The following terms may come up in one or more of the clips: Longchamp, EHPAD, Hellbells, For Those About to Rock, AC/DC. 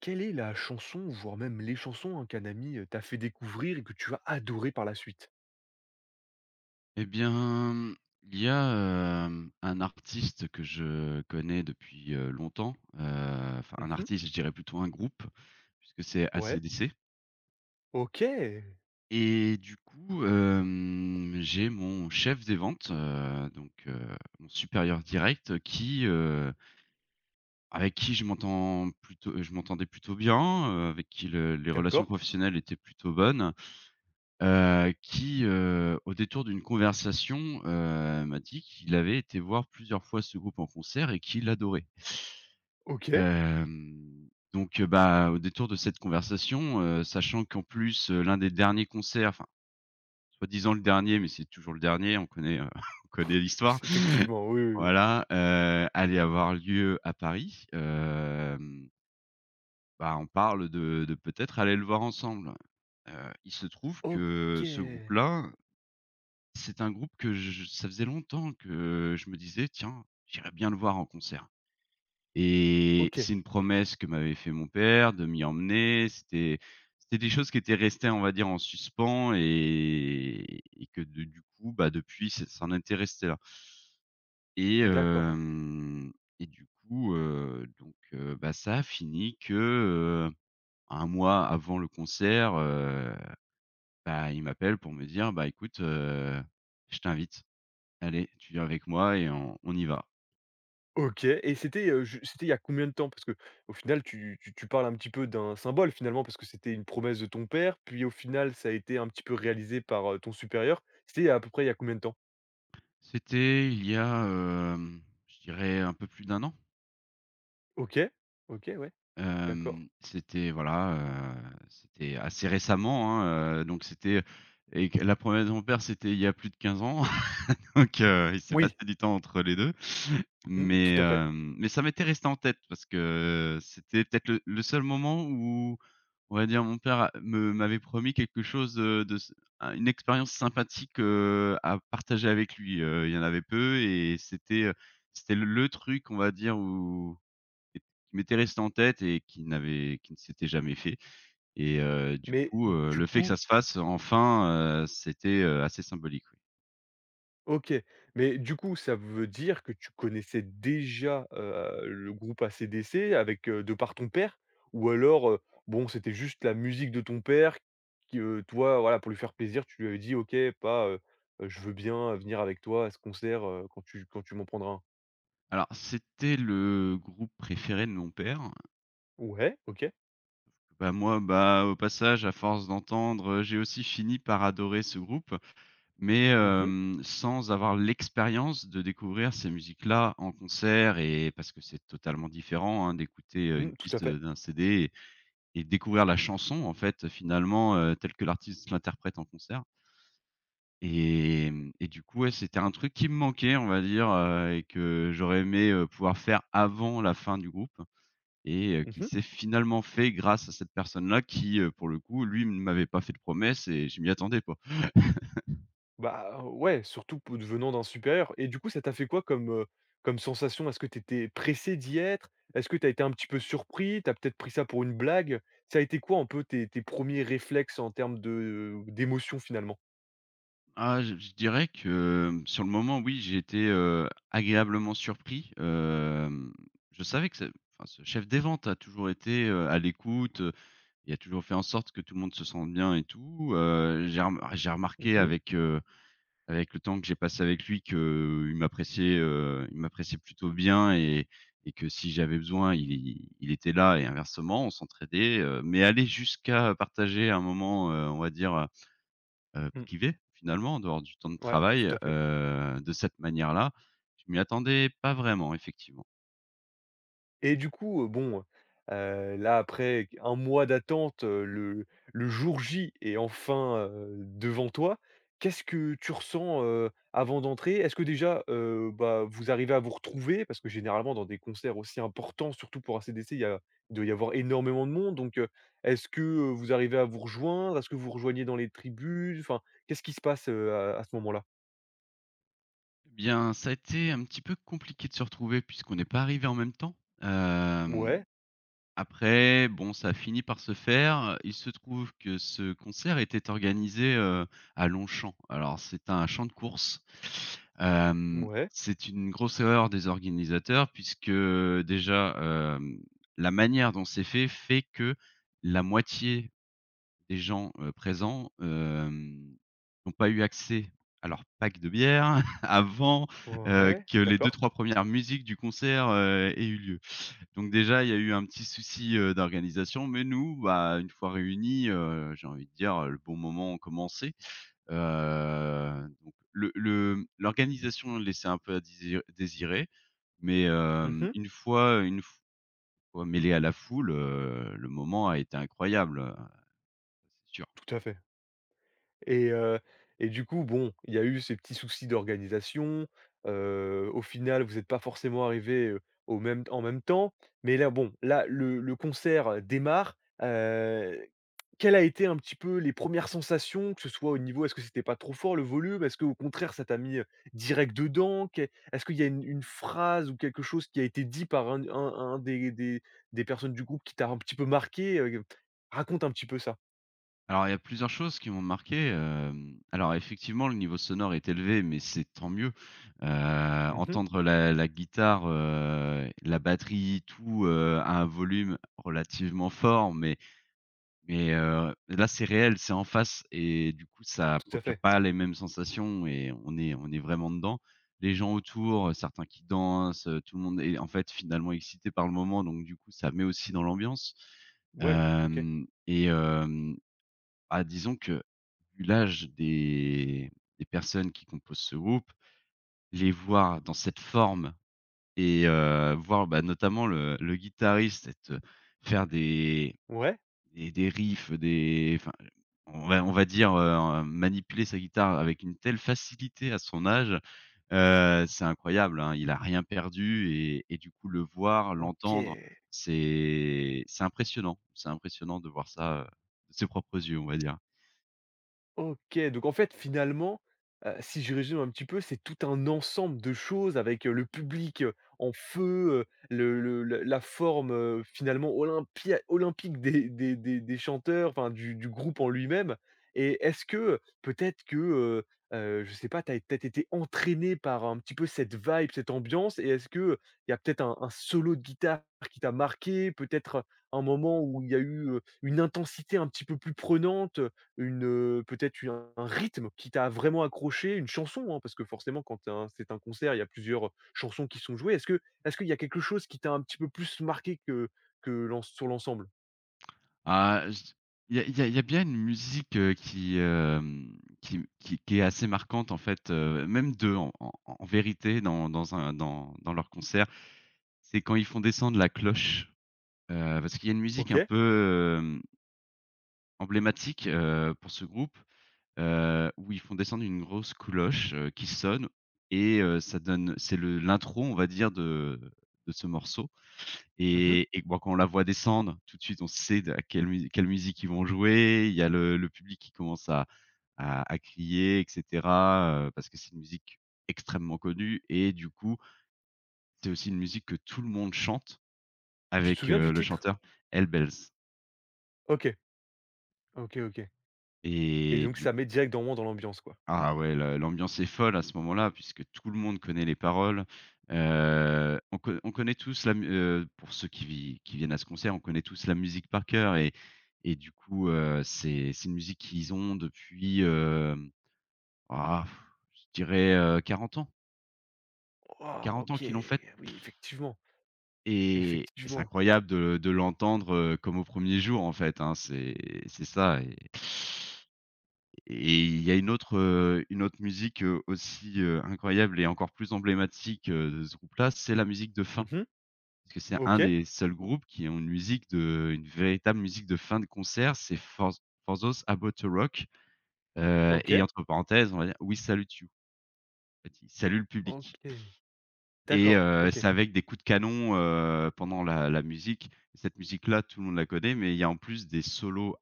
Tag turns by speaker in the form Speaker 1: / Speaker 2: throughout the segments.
Speaker 1: Quelle est la chanson, voire même les chansons, hein, qu'un ami, t'a fait découvrir et que tu as adoré par la suite?
Speaker 2: Eh bien, il y a, un artiste que je connais depuis, longtemps, enfin un
Speaker 1: Mmh.
Speaker 2: artiste, je dirais plutôt un groupe, puisque c'est
Speaker 1: Ouais.
Speaker 2: AC/DC
Speaker 1: OK.
Speaker 2: et du coup, j'ai mon chef des ventes, donc mon supérieur direct qui, avec qui je m'entendais plutôt bien, avec qui le les relations
Speaker 1: D'accord.
Speaker 2: professionnelles étaient plutôt bonnes. Qui, au détour d'une conversation, m'a dit qu'il avait été voir plusieurs fois ce groupe en concert et qu'il adorait.
Speaker 1: OK.
Speaker 2: Donc, bah, au détour de cette conversation, sachant qu'en plus, l'un des derniers concerts, enfin, soi-disant le dernier, mais c'est toujours le dernier, on connaît, on connaît l'histoire.
Speaker 1: Effectivement, oui, oui, oui.
Speaker 2: Voilà, allait avoir lieu à Paris, bah, on parle de peut-être aller le voir ensemble. Il se trouve
Speaker 1: OK.
Speaker 2: que ce groupe-là c'est un groupe que je ça faisait longtemps que je me disais: «Tiens, j'irais bien le voir en concert», et
Speaker 1: OK.
Speaker 2: c'est une promesse que m'avait fait mon père de m'y emmener. C'était des choses qui étaient restées, on va dire, en suspens et que de du coup, bah, depuis, ça c'en était resté là et
Speaker 1: D'accord.
Speaker 2: hem et du coup, donc bah, ça a fini que, heu, 1 mois avant le concert, bah, il m'appelle pour me dire: «Bah, écoute, je t'invite. Allez, tu viens avec moi et on y va.»
Speaker 1: OK et c'était, ju c'était il y a combien de temps? Parce que au final, tu parles un petit peu d'un symbole, finalement, parce que c'était une promesse de ton père, puis au final, ça a été un petit peu réalisé par, ton supérieur. C'était à peu près il y a combien de temps?
Speaker 2: C'était il y a, je dirais, un peu plus d'un an.
Speaker 1: OK. OK, ouais. D'accord.
Speaker 2: Hem, c'était voilà, heu, C'était assez récemment, hein, donc c'était et que la promesse de mon père, c'était il y a plus de 15 ans, donc il s'est
Speaker 1: Oui.
Speaker 2: passé du temps entre les deux,
Speaker 1: Mmh, tout
Speaker 2: mais
Speaker 1: à fait.
Speaker 2: mais ça m'était resté en tête parce que c'était peut-être le seul moment où, on va dire, mon père a me m'avait promis quelque chose, de s un une expérience sympathique, à partager avec lui, il y en avait peu, et c'était, c'était le truc, on va dire, où et qui m'était resté en tête et qui n'avait qui ne s'était jamais fait. Et du
Speaker 1: Mais
Speaker 2: coup,
Speaker 1: du
Speaker 2: le fait que ça
Speaker 1: coup
Speaker 2: se fasse enfin, c'était, assez symbolique, oui.
Speaker 1: OK, mais du coup, ça veut dire que tu connaissais déjà, le groupe AC/DC avec, de par ton père? Ou alors, bon, c'était juste la musique de ton père qui, toi, voilà, pour lui faire plaisir, tu lui avais dit: «OK, pas, je veux bien venir avec toi à ce concert, quand tu m'en prendras un».
Speaker 2: Alors c'était le groupe préféré de mon père.
Speaker 1: Ouais, OK.
Speaker 2: Bah, moi, bah, au passage, à force d'entendre, j'ai aussi fini par adorer ce groupe, mais
Speaker 1: Mmh mh.
Speaker 2: sans avoir l'expérience de découvrir ces musiques-là en concert, et parce que c'est totalement différent, hein, d'écouter,
Speaker 1: Mmh,
Speaker 2: une
Speaker 1: tout à
Speaker 2: piste,
Speaker 1: fait.
Speaker 2: d'un CD. Et découvrir la chanson en fait, finalement, telle que l'artiste l'interprète en concert, et du coup, ouais, c'était un truc qui me manquait, on va dire, et que j'aurais aimé, pouvoir faire avant la fin du groupe, et qui
Speaker 1: Mmh.
Speaker 2: s'est finalement fait grâce à cette personne-là qui, pour le coup, lui, ne m'avait pas fait de promesse, et je m'y attendais pas.
Speaker 1: Bah, ouais, surtout p venant d'un supérieur et du coup, ça t'a fait quoi comme, comme sensation? Est-ce que tu étais pressé d'y être? Est-ce que tu as été un petit peu surpris? Tu as peut-être pris ça pour une blague? Ça a été quoi un peu tes premiers réflexes en termes de d'émotion finalement?
Speaker 2: Ah, je dirais que, sur le moment, oui, j'ai été, agréablement surpris, je savais que ce enfin, ce chef des ventes a toujours été, à l'écoute. Il a toujours fait en sorte que tout le monde se sente bien et tout, j'ai
Speaker 1: Mmh
Speaker 2: remarqué
Speaker 1: mh.
Speaker 2: avec, avec le temps que j'ai passé avec lui, que il m'appréciait plutôt bien, et que si j'avais besoin, il était là, et inversement, on s'entraidait, mais aller jusqu'à partager un moment, on va dire,
Speaker 1: Mmh.
Speaker 2: privé finalement, en dehors du temps de
Speaker 1: Ouais, tout
Speaker 2: travail,
Speaker 1: à fait.
Speaker 2: de cette manière-là, je m'y attendais pas vraiment effectivement.
Speaker 1: Et du coup, bon, là après un mois d'attente, le jour J est enfin, devant toi. Qu'est-ce que tu ressens, avant d'entrer? Est-ce que déjà, bah, vous arrivez à vous retrouver? Parce que généralement dans des concerts aussi importants, surtout pour ACDC, il doit y avoir énormément de monde donc, est-ce que, vous arrivez à vous rejoindre? Est-ce que vous rejoignez dans les tribunes? Enfin, qu'est-ce qui se passe, à ce moment-là?
Speaker 2: Eh bien, ça a été un petit peu compliqué de se retrouver puisqu'on n'est pas arrivé en même temps, hem
Speaker 1: Ouais,
Speaker 2: Après, bon, ça a fini par se faire. Il se trouve que ce concert était organisé, à Longchamp. Alors c'est un champ de courses.
Speaker 1: ouais,
Speaker 2: C'est une grosse erreur des organisateurs puisque, déjà, hem, la manière dont c'est fait, fait que la moitié des gens, présents, n'ont pas eu accès à leur pack de bière avant,
Speaker 1: ouais,
Speaker 2: que les
Speaker 1: d'accord.
Speaker 2: deux-trois premières musiques du concert, aient eu lieu. Donc déjà, il y a eu un petit souci, d'organisation, mais nous, bah, une fois réunis, j'ai envie de dire, le bon moment commençait. Donc le l'organisation laissait un peu à désirer, mais
Speaker 1: Mmh,
Speaker 2: une fois mêlé à la foule, le moment a été incroyable, c'est sûr.
Speaker 1: tout à fait. Et heu et du coup, bon, il y a eu ces petits soucis d'organisation, au final, vous n'êtes pas forcément arrivés, au même en même temps. Mais là, bon, là, le concert démarre, heu, quelles a été un petit peu les premières sensations? Que ce soit au niveau est-ce que c'était pas trop fort le volume? Est-ce que au contraire ça t'a mis, direct dedans? Qu'est est-ce qu'il y a une phrase ou quelque chose qui a été dit par un des personnes du groupe qui t'a un petit peu marqué? Raconte un petit peu ça.
Speaker 2: Alors, il y a plusieurs choses qui m'ont marqué, alors effectivement, le niveau sonore est élevé, mais c'est tant mieux.
Speaker 1: Mmh.
Speaker 2: Entendre la guitare, la batterie, tout, à un volume relativement fort, mais là, c'est réel, c'est en face, et du coup, ça
Speaker 1: Tout à
Speaker 2: procure
Speaker 1: fait.
Speaker 2: pas les mêmes sensations, et on est vraiment dedans. Les gens autour, certains qui dansent, tout le monde est en fait finalement excité par le moment, donc du coup, ça met aussi dans l'ambiance.
Speaker 1: Ouais, OK.
Speaker 2: Hem et hem ah, disons que, vu l'âge des personnes qui composent ce groupe, les voir dans cette forme et voir, bah, notamment le guitariste être faire des
Speaker 1: Ouais,
Speaker 2: des des riffs, des enfin, on va dire, manipuler sa guitare avec une telle facilité à son âge, c'est incroyable, hein. Il a rien perdu, et du coup, le voir, l'entendre,
Speaker 1: OK.
Speaker 2: c'est impressionnant. C'est impressionnant de voir ça, de ses propres yeux, on va dire.
Speaker 1: OK, donc en fait, finalement, si je résume un petit peu, c'est tout un ensemble de choses avec, le public, en feu, le la forme, finalement olympia olympique des chanteurs, enfin du groupe en lui-même, et est-ce que peut-être que, je sais pas, tu as peut-être été entraîné par un petit peu cette vibe, cette ambiance, et est-ce que il y a peut-être un solo de guitare qui t'a marqué? Peut-être un moment où il y a eu, une intensité un petit peu plus prenante? Une, peut-être u un rythme qui t'a vraiment accroché, une chanson, hein, parce que forcément quand tu as c'est un concert, il y a plusieurs chansons qui sont jouées. Est-ce qu'il y a quelque chose qui t'a un petit peu plus marqué que l'en sur l'ensemble?
Speaker 2: Ah, j il y a il y a Il y a bien une musique, qui, hem, qui est assez marquante en fait, même d'2 en vérité dans dans leur concert. C'est quand ils font descendre la cloche, parce qu'il y a une musique un
Speaker 1: OK.
Speaker 2: peu, emblématique, pour ce groupe, où ils font descendre une grosse cloche, qui sonne, et ça donne c'est le l'intro, on va dire, de ce morceau.
Speaker 1: Mmh
Speaker 2: Et moi, quand on la voit descendre, tout de suite, on sait de à quelle mu quelle musique ils vont jouer. Il y a le public qui commence à crier, et cetera, parce que c'est une musique extrêmement connue, et du coup, c'est aussi une musique que tout le monde chante
Speaker 1: Tu te
Speaker 2: avec,
Speaker 1: souviens du
Speaker 2: le
Speaker 1: titre?
Speaker 2: chanteur. Hellbells.
Speaker 1: OK, OK, OK, et
Speaker 2: Et
Speaker 1: donc
Speaker 2: du
Speaker 1: ça met direct dans l'ambiance, quoi.
Speaker 2: Ah ouais, le l'ambiance est folle à ce moment-là, puisque tout le monde connaît les paroles. On connaît tous la mu pour ceux qui vi qui viennent à ce concert, on connaît tous la musique par cœur, et du coup, c'est une musique qu'ils ont depuis, ah, je dirais, 40 ans.
Speaker 1: Waouh,
Speaker 2: 40 ans
Speaker 1: OK,
Speaker 2: qu'ils l'ont faite,
Speaker 1: oui, effectivement,
Speaker 2: et c'est
Speaker 1: effectivement.
Speaker 2: incroyable de l'entendre, comme au premier jour, en fait, hein. C'est ça. Et il y a une autre musique, aussi, incroyable et encore plus emblématique, de ce groupe-là, c'est la musique de fin.
Speaker 1: Mmh
Speaker 2: Parce que c'est un
Speaker 1: OK,
Speaker 2: des seuls groupes qui ont une musique de une véritable musique de fin de concert, c'est For Those About to Rock, et
Speaker 1: OK,
Speaker 2: entre parenthèses, on va dire: «We salute you», en fait, ils saluent le public.
Speaker 1: OK.
Speaker 2: Et
Speaker 1: D'accord, OK.
Speaker 2: c'est avec des coups de canon, pendant la musique. Cette musique-là, tout le monde la connaît, mais il y a en plus des solos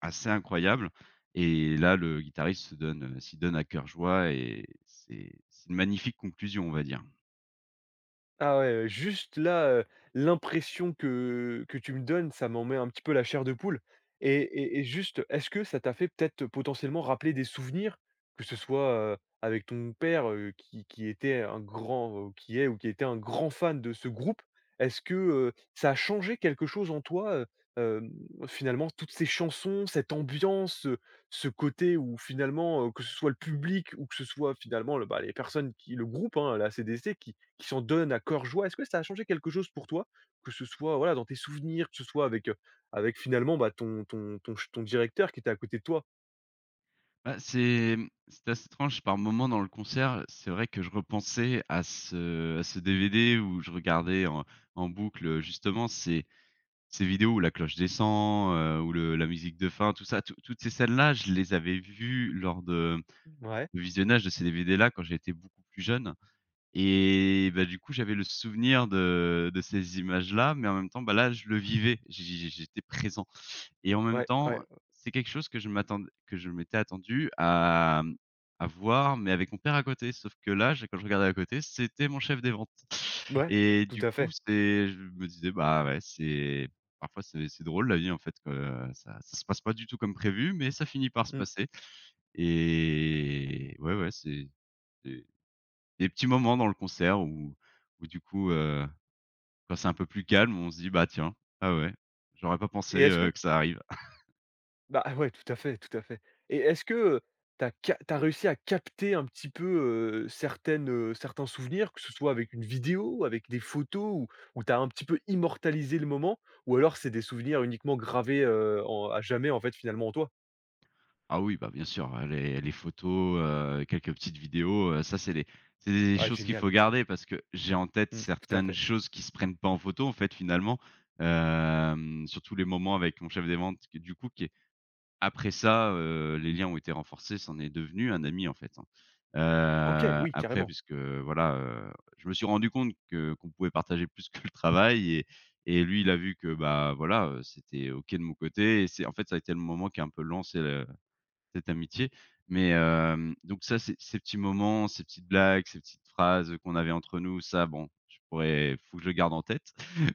Speaker 2: assez incroyables, et là, le guitariste s'y donne à cœur joie, et c'est une magnifique conclusion, on va dire.
Speaker 1: Ah ouais, juste là, l'impression que tu me donnes, ça m'en met un petit peu la chair de poule, et juste, est-ce que ça t'a fait peut-être potentiellement rappeler des souvenirs? Que ce soit, avec ton père, qui était un grand, qui est ou qui était un grand fan de ce groupe. Est-ce que, ça a changé quelque chose en toi, hem, finalement toutes ces chansons, cette ambiance, ce côté où finalement, que ce soit le public ou que ce soit finalement les personnes qui le groupe, hein, la ACDC qui s'en donnent à cœur joie. Est-ce que ça a changé quelque chose pour toi? Que ce soit, voilà, dans tes souvenirs, que ce soit avec, finalement, bah, ton directeur qui était à côté de toi?
Speaker 2: Bah, c'est, c'est assez étrange par moments dans le concert, c'est vrai que je repensais à ce DVD où je regardais en boucle, justement, c'est ces vidéos où la cloche descend, où le la musique de fin, tout ça, toutes ces scènes-là, je les avais vues lors
Speaker 1: Ouais,
Speaker 2: de visionnage de ces DVD-là quand j'étais beaucoup plus jeune. Et bah, du coup, j'avais le souvenir de ces images-là, mais en même temps, bah, là, je le vivais, j'étais présent, et en même
Speaker 1: ouais,
Speaker 2: temps,
Speaker 1: ouais,
Speaker 2: c'est quelque chose que je m'attend que je m'étais attendu à, à voir, mais avec mon père à côté. Sauf que là, je quand je regardais à côté, c'était mon chef des ventes
Speaker 1: ouais,
Speaker 2: et
Speaker 1: tout
Speaker 2: du
Speaker 1: à
Speaker 2: coup,
Speaker 1: fait.
Speaker 2: c'est je me disais: «Bah, ouais, c'est parfois, c'est drôle la vie, en fait, que ça se passe pas du tout comme prévu, mais ça finit par se
Speaker 1: Mmh
Speaker 2: passer.» Et ouais, ouais, c'est des petits moments dans le concert où du coup, quand c'est un peu plus calme, on se dit: «Bah, tiens, ah ouais, j'aurais pas pensé,
Speaker 1: et est-ce que
Speaker 2: que ça arrive.»
Speaker 1: bah, ah ouais, tout à fait, tout à fait, et est-ce que, t'as tu ca tu réussi à capter un petit peu, certaines, certains souvenirs, que ce soit avec une vidéo, avec des photos, ou tu un petit peu immortalisé le moment? Ou alors c'est des souvenirs uniquement gravés, en à jamais, en fait, finalement, en toi?
Speaker 2: Ah oui, bah, bien sûr, les photos, quelques petites vidéos, ça c'est les c'est des
Speaker 1: Ah
Speaker 2: choses qu'il faut
Speaker 1: génial.
Speaker 2: garder, parce que j'ai en tête
Speaker 1: Mmh, tout à
Speaker 2: certaines
Speaker 1: fait.
Speaker 2: choses qui se prennent pas en photo, en fait, finalement. Surtout les moments avec mon chef des ventes qui du coup qui Après ça, les liens ont été renforcés, c'en est devenu un ami, en fait, hein.
Speaker 1: OK, oui,
Speaker 2: Après
Speaker 1: carrément.
Speaker 2: puisque, voilà, je me suis rendu compte que qu'on pouvait partager plus que le travail, et lui, il a vu que, bah, voilà, c'était OK de mon côté, et c'est en fait, ça a été le moment qui a un peu lancé le cette amitié. Mais, donc ça, ces petits moments, ces petites blagues, ces petites phrases, qu'on avait entre nous, ça, bon, je pourrais faut que je le garde en tête.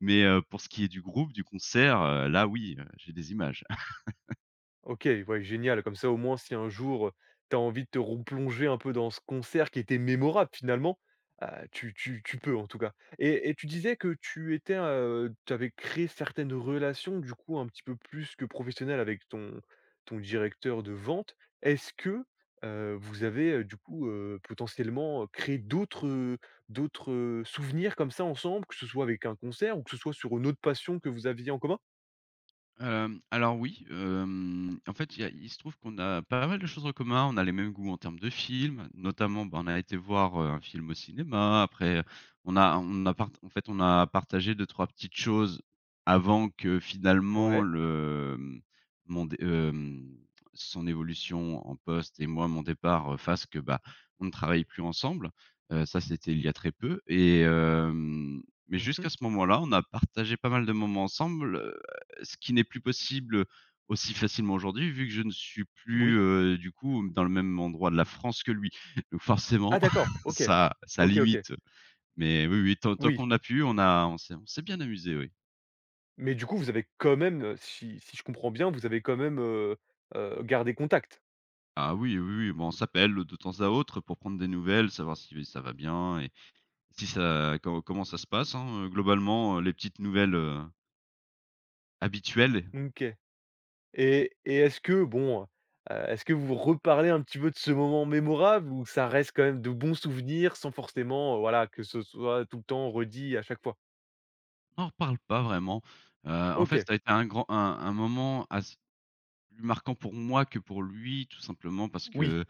Speaker 2: Mais, pour ce qui est du groupe, du concert, là, oui, j'ai des images.
Speaker 1: OK, ouais, génial. Comme ça, au moins, si un jour, tu as envie de te replonger un peu dans ce concert qui était mémorable finalement, tu peux, en tout cas. Et tu disais que tu avais créé certaines relations, du coup, un petit peu plus que professionnelles avec ton directeur de vente. Est-ce que, vous avez, du coup, potentiellement, créé d'autres, souvenirs comme ça ensemble, que ce soit avec un concert ou que ce soit sur une autre passion que vous aviez en commun?
Speaker 2: Alors oui, en fait, il se trouve qu'on a pas mal de choses en commun. On a les mêmes goûts en termes de films, notamment, bah, on a été voir, un film au cinéma. Après, on a part en fait, on a partagé deux trois petites choses avant que finalement
Speaker 1: Ouais.
Speaker 2: le, hem, mon dé hem, son évolution en poste et moi, mon départ, fasse que, bah, on ne travaille plus ensemble. Ça, c'était il y a très peu, et mais
Speaker 1: Mmh
Speaker 2: jusqu'à ce moment-là, on a partagé pas mal de moments ensemble, ce qui n'est plus possible aussi facilement aujourd'hui, vu que je ne suis
Speaker 1: Oui.
Speaker 2: plus, du coup, dans le même endroit de la France que lui. Donc
Speaker 1: Ah
Speaker 2: forcément,
Speaker 1: d'accord, OK.
Speaker 2: ça
Speaker 1: OK, OK.
Speaker 2: limite, mais oui, oui, tant
Speaker 1: Oui,
Speaker 2: qu'on a pu, on s'est bien amusé, oui.
Speaker 1: mais du coup, vous avez quand même, si je comprends bien, vous avez quand même, gardé contact?
Speaker 2: Ah oui, oui, oui, bon, on s'appelle de temps à autre pour prendre des nouvelles, savoir si oui, ça va bien et si ça com comment ça se passe, hein. Globalement, les petites nouvelles, habituelles,
Speaker 1: OK, et est-ce que vous reparlez un petit peu de ce moment mémorable ou ça reste quand même de bons souvenirs sans forcément, voilà, que ce soit tout le temps redit à chaque fois?
Speaker 2: on n'en reparle pas vraiment. En fait,
Speaker 1: OK,
Speaker 2: ça a été un grand un moment plus marquant pour moi que pour lui, tout simplement parce
Speaker 1: oui,
Speaker 2: que,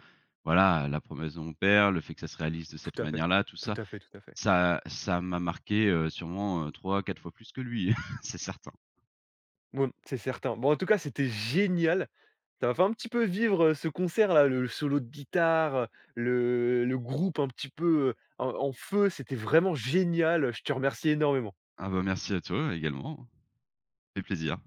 Speaker 2: voilà, la promesse de mon père, le fait que ça se réalise de cette
Speaker 1: tout à fait,
Speaker 2: manière-là, tout
Speaker 1: tout
Speaker 2: ça,
Speaker 1: à fait, tout à fait.
Speaker 2: ça m'a marqué, sûrement, 3-4 fois plus que lui, c'est certain.
Speaker 1: Bon, c'est certain. Bon, en tout cas, c'était génial. Ça m'a fait un petit peu vivre, ce concert-là, le solo de guitare, le groupe un petit peu, en feu, c'était vraiment génial, je te remercie énormément.
Speaker 2: Ah bah, merci à toi également, fait plaisir.